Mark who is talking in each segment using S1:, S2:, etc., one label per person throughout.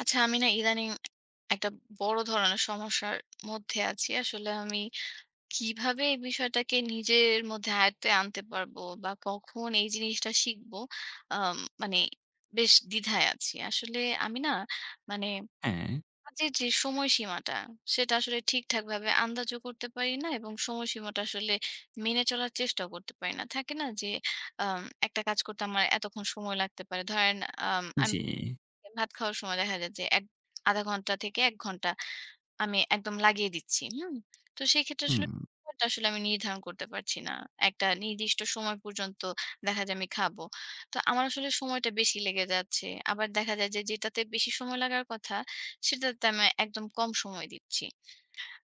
S1: আচ্ছা আমি না ইদানিং একটা বড় ধরনের সমস্যার মধ্যে আছি। আসলে আমি কিভাবে এই বিষয়টাকে নিজের মধ্যে আয়ত্তে আনতে পারবো বা কখন এই জিনিসটা শিখবো আম মানে বেশ দ্বিধায় আছি। আসলে আমি না মানে
S2: হ্যাঁ,
S1: কাজের যে সময়সীমাটা সেটা আসলে ঠিকঠাকভাবে আন্দাজও করতে পারি না এবং সময়সীমাটা আসলে মেনে চলার চেষ্টাও করতে পারি না। থাকে না যে আম একটা কাজ করতে আমার এতক্ষণ সময় লাগতে পারে। ধরেন আম
S2: জি।
S1: ভাত খাওয়ার সময় দেখা যায় যে এক ০.৫ ঘন্টা থেকে ১ ঘন্টা আমি একদম লাগিয়ে দিচ্ছি। হুম? তো সেক্ষেত্রে
S2: হুম,
S1: আসলে সময়টা আসলে আমি নির্ধারণ করতে পারছি না। একটা নির্দিষ্ট সময় পর্যন্ত দেখা যায় আমি খাবো। তো আমার আসলে সময়টা বেশি লেগে যাচ্ছে। আবার দেখা যায় যে যেটাতে বেশি সময় লাগার কথা সেটাতে আমি একদম কম সময় দিচ্ছি।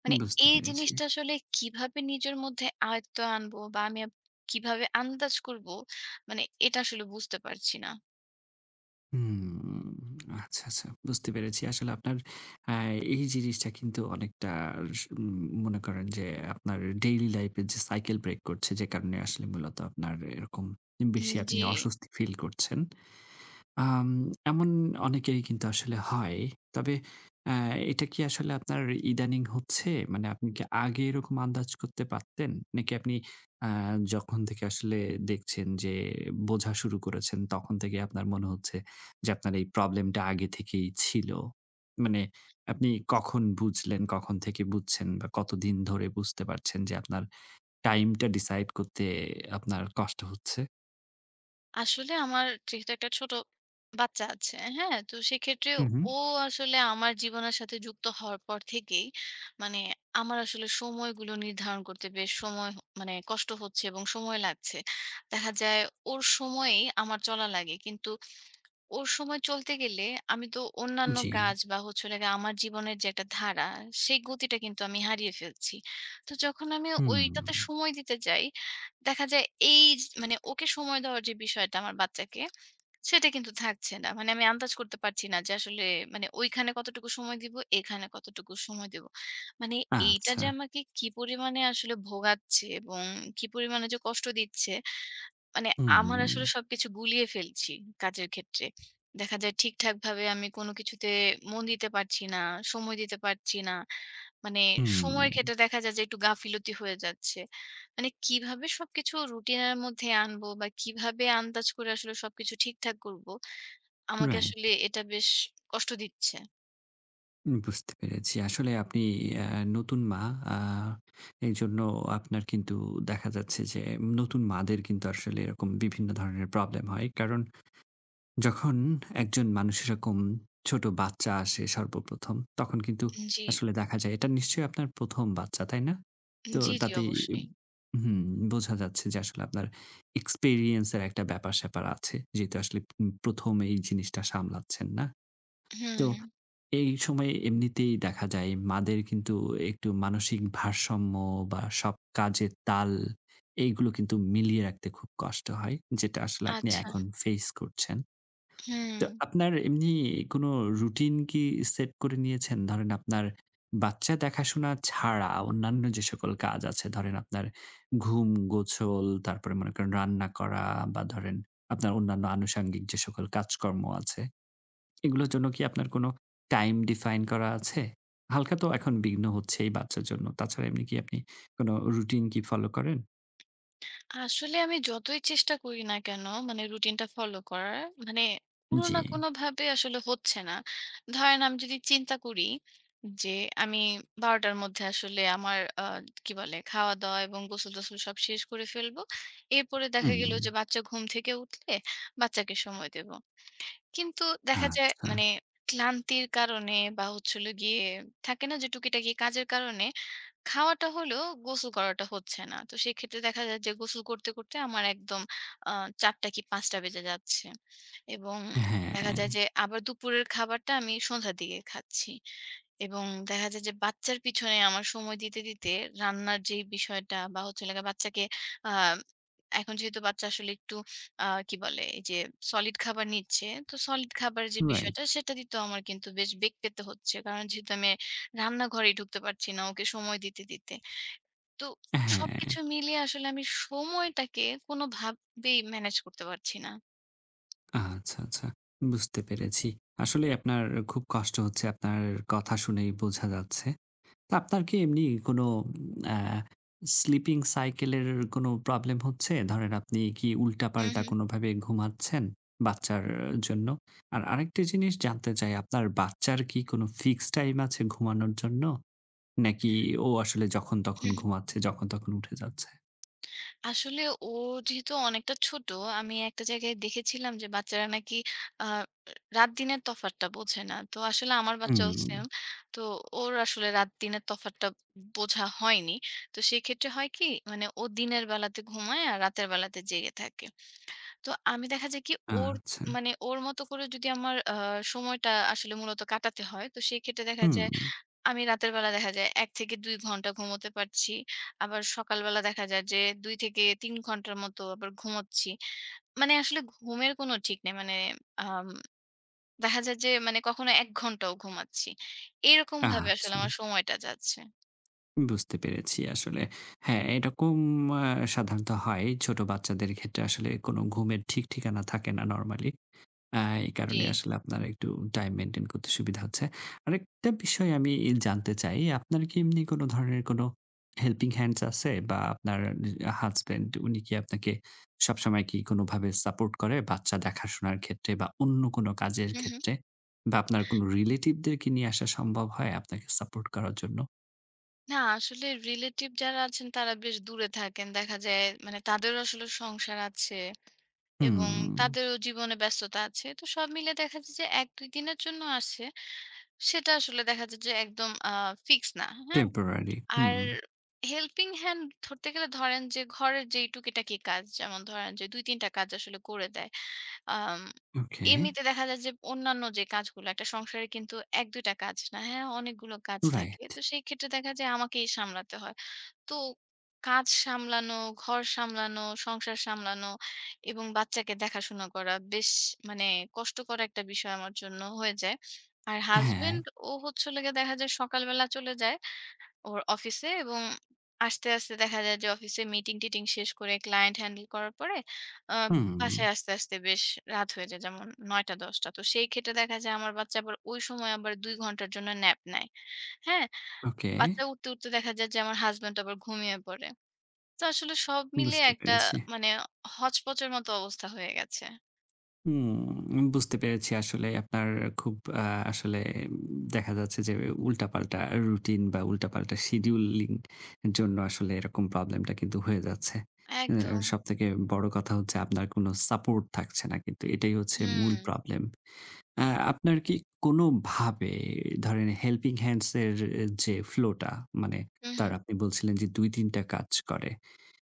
S1: মানে
S2: বুঝতে
S1: এই
S2: পেরেছি।
S1: জিনিসটা আসলে কিভাবে নিজের মধ্যে আয়ত্তে আনবো বা আমি কিভাবে আন্দাজ করব মানে এটা আসলে বুঝতে পারছি না।
S2: হুম, আচ্ছা, আচ্ছা বুঝতে পেরেছি। আসলে আপনার আ এই জিনিসটা কিন্তু অনেকটা স উম মনে করেন যে আপনার ডেইলি লাইফ এর যে সাইকেল ব্রেক করছে যে কারণে আসলে মূলত আপনার এরকম বেশি আপনি
S1: জি।
S2: অস্বস্তি ফিল করছেন। আম এমন অনেকেরই কিন্তু আসলে হয়। তবে অ্যা এটা কি আসলে আপনার ইদানিং হচ্ছে? মানে আপনি কি আগে এরকম আন্দাজ করতে পারতেন? নাকি আপনি আ যখন থেকে আসলে দেখছেন যে বোঝা শুরু করেছেন, তখন থেকে আপনার মনে হচ্ছে যে আপনার এই প্রবলেমটা আগে থেকেই ছিল? মানে আপনি কখন বুঝলেন, কখন থেকে বুঝছেন বা কতদিন ধরে বুঝতে পারছেন যে আপনার টাইমটা ডিসাইড করতে আপনার কষ্ট হচ্ছে?
S1: আসলে আমার যেহেতু একটা ছোট বাচ্চা আছে, হ্যাঁ? তো সেক্ষেত্রে
S2: হু, হু।
S1: ও আসলে আমার জীবনের সাথে যুক্ত হওয়ার পর থেকেই মানে আমার আসলে সময়গুলো নির্ধারণ করতে বেশ সময় মানে কষ্ট হচ্ছে এবং সময় লাগছে। দেখা যায় ওর সময়েই আমার চলা লাগে। কিন্তু ওর সময় চলতে গেলে আমি তো অন্যান্য
S2: জি।
S1: কাজ বা হচ্ছে হলো গিয়ে আমার জীবনের যে একটা ধারা, সেই গতিটা কিন্তু আমি হারিয়ে ফেলছি। তো যখন আমি
S2: হুম,
S1: ওইটাতে সময় দিতে যাই দেখা যায় এই মানে ওকে সময় দেওয়ার যে বিষয়টা আমার বাচ্চাকে, সেটা কিন্তু থাকছে না। মানে আমি আন্দাজ করতে পারছি না যে আসলে মানে ওইখানে কতটুকু সময় দিব, এখানে কতটুকু সময় দিব। মানে এইটা
S2: আচ্ছা।
S1: যে আমাকে কি পরিমাণে আসলে ভোগাচ্ছে এবং কি পরিমাণে যে কষ্ট দিচ্ছে মানে আমার আসলে
S2: হুম,
S1: সবকিছু গুলিয়ে ফেলছি কাজের ক্ষেত্রে। দেখা যায় ঠিকঠাকভাবে আমি কোনো কিছুতে মন দিতে পারছি না, সময় দিতে পারছি না। মানে
S2: হুম,
S1: সময়ের ক্ষেত্রে দেখা যায় যে একটু গাফিলতি হয়ে যাচ্ছে। মানে কিভাবে সবকিছু রুটিনের মধ্যে আনবো বা কিভাবে আন্দাজ করে আসলে সবকিছু ঠিকঠাক করব, আমাকে
S2: রাইট।
S1: আসলে এটা বেশ কষ্ট দিচ্ছে।
S2: বুঝতে পেরেছি। আসলে আপনি অ্যা নতুন মা, আ এইজন্য আপনার কিন্তু দেখা যাচ্ছে যে নতুন মাদের কিন্তু আসলে এরকম বিভিন্ন ধরনের প্রবলেম হয়। কারণ যখন একজন মানুষ এরকম ছোট বাচ্চা আসে সর্বপ্রথম, তখন কিন্তু
S1: জি,
S2: আসলে দেখা যায় এটা নিশ্চয়ই আপনার ১ম বাচ্চা, তাই না? তো
S1: জি, জি
S2: তাতেই
S1: অবশ্যই।
S2: হুম, বোঝা যাচ্ছে যে আসলে আপনার এক্সপেরিয়েন্স এর একটা ব্যাপার-স্যাপার আছে। যেহেতু আসলে ১ম এই জিনিসটা সামলাচ্ছেন, না? তো
S1: হুম,
S2: এই সময়ে এমনিতেই দেখা যায় মাদের কিন্তু একটু মানসিক ভারসাম্য বা সব কাজের তাল এইগুলো কিন্তু মিলিয়ে রাখতে খুব কষ্ট হয়। যেটা আসলে আপনি
S1: আচ্ছা।
S2: এখন ফেস করছেন। তো
S1: হুম।
S2: আপনার এমনি কোনো রুটিন কি সেট করে নিয়েছেন? ধরেন আপনার বাচ্চা দেখাশোনা ছাড়া অন্যান্য যে সকল কাজ আছে ধরেন আপনার ঘুম, গোছল, তারপরে মনে করেন রান্না করা বা ধরেন আপনার অন্যান্য আনুষঙ্গিক যে সকল কাজকর্ম আছে এগুলোর জন্য কি আপনার কোনো টাইম ডিফাইন করা আছে? হালকা তো এখন বিঘ্ন হচ্ছেই বাচ্চার জন্য। তাছাড়া এমনি কি আপনি কোনো রুটিন কি ফলো করেন?
S1: আসলে আমি যতই চেষ্টা করি না কেন মানে রুটিনটা ফলো করার মানে কোনো
S2: জি।
S1: না কোনো ভাবে আসলে হচ্ছে না ধরেন আমি যদি চিন্তা করি যে আমি ১২টার মধ্যে আসলে আমার কি বলে খাওয়া দাওয়া এবং গোসল টোসল সব শেষ করে ফেলবো এরপরে দেখা
S2: হুম,
S1: গেল যে বাচ্চা ঘুম থেকে উঠলে বাচ্চাকে সময় দেব কিন্তু দেখা যায়
S2: আচ্ছা।
S1: মানে ক্লান্তির কারণে বা হচ্ছিল গিয়ে থাকে না যে টুকিটাকি কাজের কারণে খাওয়াটা হলেও গোসল করাটা হচ্ছে না। তো সেক্ষেত্রে দেখা যায় যে গোসল করতে, করতে আমার একদম আ ৪টা কি ৫টা বেজে যাচ্ছে। এবং দেখা
S2: হ্যাঁ,
S1: যায় যে আবার দুপুরের খাবারটা আমি সন্ধ্যার দিকে খাচ্ছি। এবং দেখা যায় যে বাচ্চার পিছনে আমার সময় দিতে, দিতে রান্নার যেই বিষয়টা বা হচ্ছে হলো গিয়ে বাচ্চাকে আ এখন যেহেতু বাচ্চা আসলে একটু কি বলে? এই যে সলিড খাবার নিচ্ছে। তো সলিড খাবারের যে
S2: রাইট।
S1: বিষয়টা সেটা দিতেও আমার কিন্তু বেশ বেগ পেতে হচ্ছে। কারণ যেহেতু আমি রান্নাঘরেই ঢুকতে পারছি না ওকে সময় দিতে, দিতে। তো
S2: হ্যাঁ,
S1: সবকিছু মিলিয়ে আসলে আমি সময়টাকে কোনোভাবেই ম্যানেজ করতে পারছি না।
S2: আচ্ছা, আচ্ছা। বুঝতে পেরেছি। আসলে আপনার খুব কষ্ট হচ্ছে আপনার কথা শুনেই বোঝা যাচ্ছে। তো আপনার কি এমনি কোনো আ স্লিপিং সাইকেল এর কোনো প্রবলেম হচ্ছে? ধরেন আপনি কি
S1: হুম,
S2: উল্টাপাল্টা
S1: হুম,
S2: কোনোভাবে ঘুমাচ্ছেন বাচ্চার জন্য? আর আরেকটি জিনিস জানতে চাই, আপনার বাচ্চার কি কোনো ফিক্সড টাইম আছে ঘুমানোর জন্য? নাকি ও আসলে যখন তখন
S1: হুম, হুম।
S2: ঘুমাচ্ছে, যখন তখন উঠে যাচ্ছে?
S1: আসলে ও যেহেতু অনেকটা ছোট, আমি একটা জায়গায় দেখেছিলাম যে বাচ্চারা নাকি আ রাত-দিনের তফাৎটা বোঝে না। তো আসলে আমার বাচ্চাও
S2: হুম,
S1: সেম। তো ওর আসলে রাত-দিনের তফাৎটা বোঝা হয়নি। তো সেক্ষেত্রে হয় কি? মানে ও দিনের বেলাতে ঘুমায় আর রাতের বেলাতে জেগে থাকে। তো আমি দেখা যায় কি ওর
S2: আচ্ছা।
S1: মানে ওর মতো করে যদি আমার সময়টা আসলে মূলত কাটাতে হয়, তো সেক্ষেত্রে দেখা যায়
S2: হুম,
S1: আমি রাতের বেলা দেখা যায় ১ থেকে ২ ঘন্টা ঘুমোতে পারছি। আবার সকালবেলা দেখা যায় যে ২ থেকে ৩ ঘন্টার মতো আবার ঘুমোচ্ছি। মানে আসলে ঘুমের কোনো ঠিক নেই। মানে আম দেখা যায় যে মানে কখনো ১ ঘন্টাও ঘুমাচ্ছি। এরকমভাবে
S2: আচ্ছা।
S1: আসলে আমার সময়টা যাচ্ছে।
S2: বুঝতে পেরেছি আসলে। হ্যাঁ, এরকম আ সাধারণত হয়। ছোট বাচ্চাদের ক্ষেত্রে আসলে কোনো ঘুমের ঠিক ঠিকানা থাকে না নরমালি। আ এই
S1: জি।
S2: কারণে আসলে আপনার একটু টাইম মেইনটেইন করতে সুবিধা হচ্ছে। আরেকটা বিষয় আমি জানতে চাই, আপনার কি এমনি কোন ধরনের কোন হেল্পিং হ্যান্ডস আছে? বা আপনার হাসব্যান্ড উনি কি আপনাকে সবসময় কি কোনভাবে সাপোর্ট করে বাচ্চা দেখাশোনার ক্ষেত্রে বা অন্য কোন কাজের
S1: হুম, হুম।
S2: ক্ষেত্রে? বা আপনার কোন রিলেটিভদের কি নিয়ে আসা সম্ভব হয় আপনাকে সাপোর্ট করার জন্য?
S1: না আসলে রিলেটিভ যারা আছেন তারা বেশ দূরে থাকেন। দেখা যায় মানে তাদেরও আসলে সংসার আছে। এবং
S2: হুম,
S1: তাদেরও জীবনে ব্যস্ততা আছে। তো সব মিলে দেখা যায় যে ১-২ দিনের জন্য আসে। সেটা আসলে দেখা যায় যে একদম ফিক্স না। হ্যাঁ?
S2: টেম্পোরারি।
S1: আর
S2: হুম,
S1: হেল্পিং হ্যান্ড ধরতে গেলে ধরেন যে ঘরের যেই টুকিটাকি কাজ যেমন ধরেন যে ২-৩ টা কাজ আসলে করে দেয়। আম
S2: ওকে,
S1: এমনিতে দেখা যায় যে অন্যান্য যে কাজগুলো একটা সংসারে কিন্তু ১-২ টা কাজ না। হ্যাঁ? অনেকগুলো কাজ থাকে।
S2: রাইট।
S1: তো সেই ক্ষেত্রে দেখা যায় আমাকেই সামলাতে হয়। তো কাজ সামলানো, ঘর সামলানো, সংসার সামলানো এবং বাচ্চাকে দেখাশোনা করা বেশ মানে কষ্টকর একটা বিষয় আমার জন্য হয়ে যায়। আর
S2: হ্যাঁ,
S1: হাসব্যান্ড ও হচ্ছে হলো গিয়ে দেখা যায় সকালবেলা চলে যায় ওর অফিসে এবং আসতে, আসতে দেখা যায় যে অফিসে মিটিং-টিটিং শেষ করে ক্লায়েন্ট হ্যান্ডেল করার পরে আ
S2: হুম,
S1: বাসায় আসতে, আসতে বেশ রাত হয়ে যায় যেমন ৯:০০-১০:০০। তো সেই ক্ষেত্রে দেখা যায় আমার বাচ্চা আবার ওই সময় আবার ২ ঘন্টার জন্য ন্যাপ নেয়। হ্যাঁ?
S2: ওকে,
S1: বাচ্চা উঠতে, উঠতে দেখা যায় যে আমার হাসব্যান্ড আবার ঘুমিয়ে পড়ে। তো আসলে সব মিলিয়ে
S2: বুঝতে
S1: একটা
S2: পেরেছি।
S1: মানে হচপচের মতো অবস্থা হয়ে গেছে।
S2: হুম, বুঝতে পেরেছি আসলে আপনার খুব আ আসলে দেখা যাচ্ছে যে উল্টাপাল্টা রুটিন বা উল্টাপাল্টা শিডিউলিং এর জন্য আসলে এরকম প্রবলেমটা কিন্তু হয়ে যাচ্ছে। অ্যা
S1: একদম।
S2: সবথেকে বড় কথা হচ্ছে আপনার কোনো সাপোর্ট থাকছে না কিন্তু এটাই হচ্ছে মূল
S1: হুম।
S2: প্রবলেম। আ আপনার কি কোনোভাবে ধরেন হেল্পিং হ্যান্ডস এর যে ফ্লো টা মানে
S1: হু, হু,
S2: তার আপনি বলছিলেন যে ২-৩ টা কাজ করে।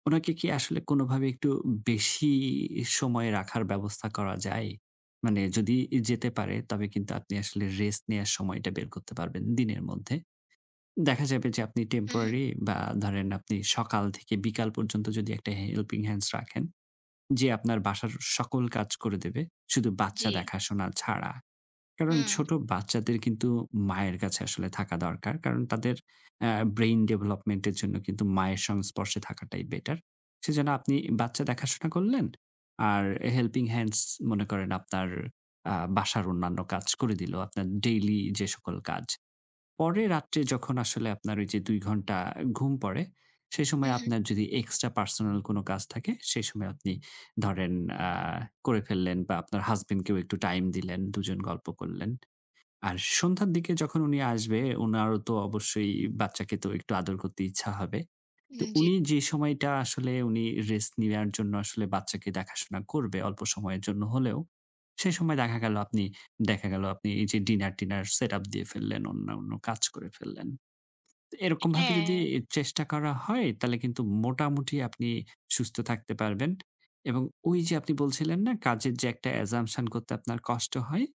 S2: উনাকে কি আসলে কোনোভাবে একটু বেশি সময় রাখার ব্যবস্থা করা যায়? মানে যদি যেতে পারে তবে কিন্তু আপনি আসলে রেস্ট নেয়ার সময়টা বের করতে পারবেন দিনের মধ্যে। দেখা যাবে যে আপনি
S1: হু, হু।
S2: টেম্পোরারি বা ধরেন আপনি সকাল থেকে বিকাল পর্যন্ত যদি একটা হেল্পিং হ্যান্ডস রাখেন, যে আপনার বাসার সকল কাজ করে দেবে। শুধু বাচ্চা
S1: জি।
S2: দেখাশোনা ছাড়া। কারণ
S1: হুম,
S2: ছোট বাচ্চাদের কিন্তু মায়ের কাছে আসলে থাকা দরকার। কারণ তাদের অ্যা ব্রেইন ডেভেলপমেন্ট এর জন্য কিন্তু মায়ের সংস্পর্শে থাকাটাই বেটার। সেজন্য আপনি বাচ্চা দেখাশোনা করলেন। আর হেল্পিং হ্যান্ডস মনে করেন আপনার বাসার অন্যান্য কাজ করে দিল। আপনার ডেইলি যে সকল কাজ। পরে রাত্রে যখন আসলে আপনার ওই যে ২ ঘন্টা ঘুম পড়ে, সেই
S1: হু,
S2: সময়
S1: হু।
S2: আপনার যদি এক্সট্রা পার্সোনাল কোনো কাজ থাকে, সেই সময় আপনি ধরেন আ করে ফেললেন বা আপনার হাসব্যান্ড কেও একটু টাইম দিলেন, ২ জন গল্প করলেন। আর সন্ধ্যার দিকে যখন উনি আসবে, উনারও তো অবশ্যই বাচ্চাকে তো একটু আদর করতে ইচ্ছা হবে। তো
S1: জি।
S2: উনি যে সময়টা আসলে উনি রেস্ট নেওয়ার জন্য আসলে বাচ্চাকে দেখাশোনা করবে অল্প সময়ের জন্য হলেও, সে সময় দেখা গেল আপনি দেখা গেল আপনি এই যে ডিনার-টিনার সেটআপ দিয়ে ফেললেন, অন্যান্য কাজ করে ফেললেন। এরকমভাবে
S1: হ্যাঁ,
S2: যদি চেষ্টা করা হয় তাহলে কিন্তু মোটামুটি আপনি সুস্থ থাকতে পারবেন। এবং ওই যে আপনি বলছিলেন না কাজের যে একটা assumption করতে আপনার কষ্ট হয়,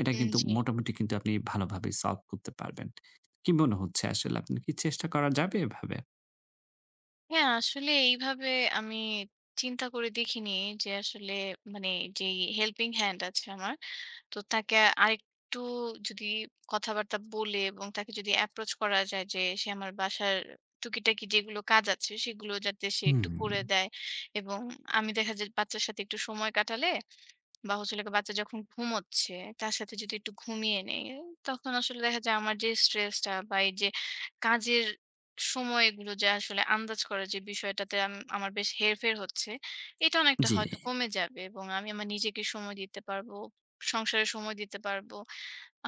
S2: এটা কিন্তু
S1: জি।
S2: মোটামুটি কিন্তু আপনি ভালোভাবে সলভ করতে পারবেন। কি মনে হচ্ছে আসলে আপনার কি চেষ্টা করা যাবে এভাবে?
S1: হ্যাঁ, আসলে এইভাবে আমি চিন্তা করে দেখিনি যে আসলে মানে যেই হেল্পিং হ্যান্ড আছে আমার তো তাকে আরেকটু যদি কথাবার্তা বলে এবং তাকে যদি অ্যাপ্রোচ করা যায় যে সে আমার বাসার টুকিটাকি যেগুলো কাজ আছে সেগুলো যাতে সে একটু
S2: হুম,
S1: করে দেয় এবং আমি দেখা যায় বাচ্চার সাথে একটু সময় কাটালে বা হচ্ছে হলো গিয়ে বাচ্চা যখন ঘুমোচ্ছে তার সাথে যদি একটু ঘুমিয়ে নেই তখন আসলে দেখা যায় আমার যে স্ট্রেসটা বা এই যে কাজের সময়গুলো যে আসলে আন্দাজ করার যে বিষয়টাতে আমার বেশ হেরফের হচ্ছে এটা অনেকটা
S2: জি।
S1: হয়তো
S2: জি,
S1: কমে যাবে এবং আমি আমার নিজেকে সময় দিতে পারবো সংসারে সময় দিতে পারবো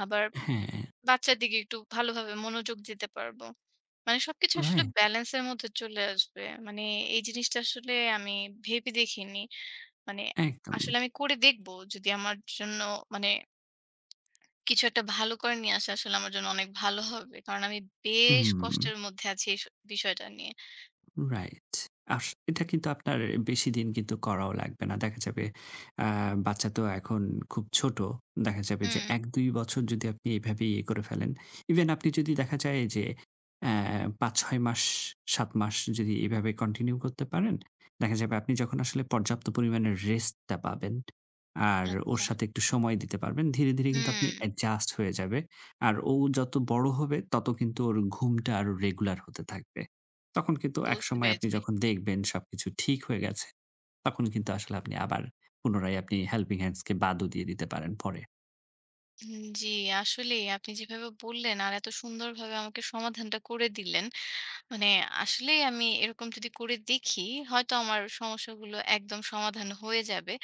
S1: আবার
S2: হ্যাঁ,
S1: বাচ্চার দিকে একটু ভালোভাবে মনোযোগ দিতে পারবো মানে সবকিছু আসলে
S2: রাইট
S1: ব্যালেন্সের মধ্যে চলে আসবে মানে এই জিনিসটা আসলে আমি ভেবে দেখিনি মানে
S2: একদম।
S1: আসলে আমি করে দেখব। যদি আমার জন্য মানে কিছু একটা ভালো করে নিয়ে আসে আসলে আমার জন্য অনেক ভালো হবে। কারণ আমি বেশ
S2: হুম।
S1: কষ্টের মধ্যে আছি এই বিষয়টা নিয়ে।
S2: রাইট। এটা কিন্তু আপনার বেশিদিন করাও লাগবে না। দেখা যাবে আ বাচ্চা তো এখন খুব ছোট। দেখা যাবে যে
S1: হুম,
S2: ১-২ বছর যদি আপনি এভাবে ইয়ে করে ফেলেন। ইভেন আপনি যদি দেখা যায় যে অ্যা ৫-৬ মাস, ৭ মাস যদি এভাবে কন্টিনিউ করতে পারেন, দেখা যাবে আপনি যখন আসলে পর্যাপ্ত পরিমাণে রেস্টটা পাবেন, আর ওর
S1: আচ্ছা।
S2: সাথে একটু সময় দিতে পারবেন। ধীরে, ধীরে কিন্তু
S1: হুম,
S2: আপনি অ্যাডজাস্ট হয়ে যাবে। আর ও যত বড় হবে তত কিন্তু ওর ঘুমটা আরো রেগুলার হতে থাকবে। তখন কিন্তু
S1: বুঝতে
S2: একসময় আপনি
S1: পেরেছি।
S2: যখন দেখবেন সবকিছু ঠিক হয়ে গেছে, তখন কিন্তু আসলে আপনি আবার পুনরায় আপনি হেল্পিং হ্যান্ডস কে বাদও দিয়ে দিতে পারেন পরে।
S1: জি, আসলেই আপনি যেভাবে বললেন আর এত সুন্দরভাবে আমাকে সমাধানটা করে দিলেন মানে আসলে আমি এরকম যদি করে দেখি হয়তো আমার সমস্যাগুলো একদম সমাধান হয়ে যাবে।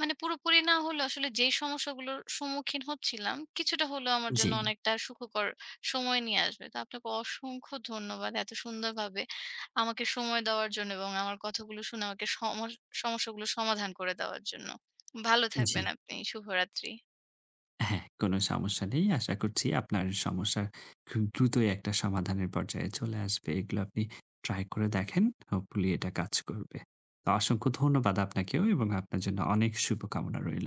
S1: মানে পুরোপুরি না হলেও আসলে যেই সমস্যাগুলোর সম্মুখীন হচ্ছিলাম কিছুটা হলেও আমার
S2: জি,
S1: জন্য অনেকটা সুখকর সময় নিয়ে আসবে। তো আপনাকে অসংখ্য ধন্যবাদ। এত সুন্দরভাবে আমাকে সময় দেওয়ার জন্য এবং আমার কথাগুলো শুনে আমাকে সমস্যাগুলো সমাধান করে দেওয়ার জন্য। ভালো
S2: জি।
S1: থাকবেন আপনি। শুভরাত্রি।
S2: হ্যাঁ, কোনো সমস্যা নেই। আশা করছি আপনার সমস্যা খুব দ্রুতই একটা সমাধানের পর্যায়ে চলে আসবে। এগুলো আপনি ট্রাই করে দেখেন। হোপফুলি এটা কাজ করবে। তো অসংখ্য ধন্যবাদ আপনাকেও এবং আপনার জন্য অনেক শুভকামনা রইল।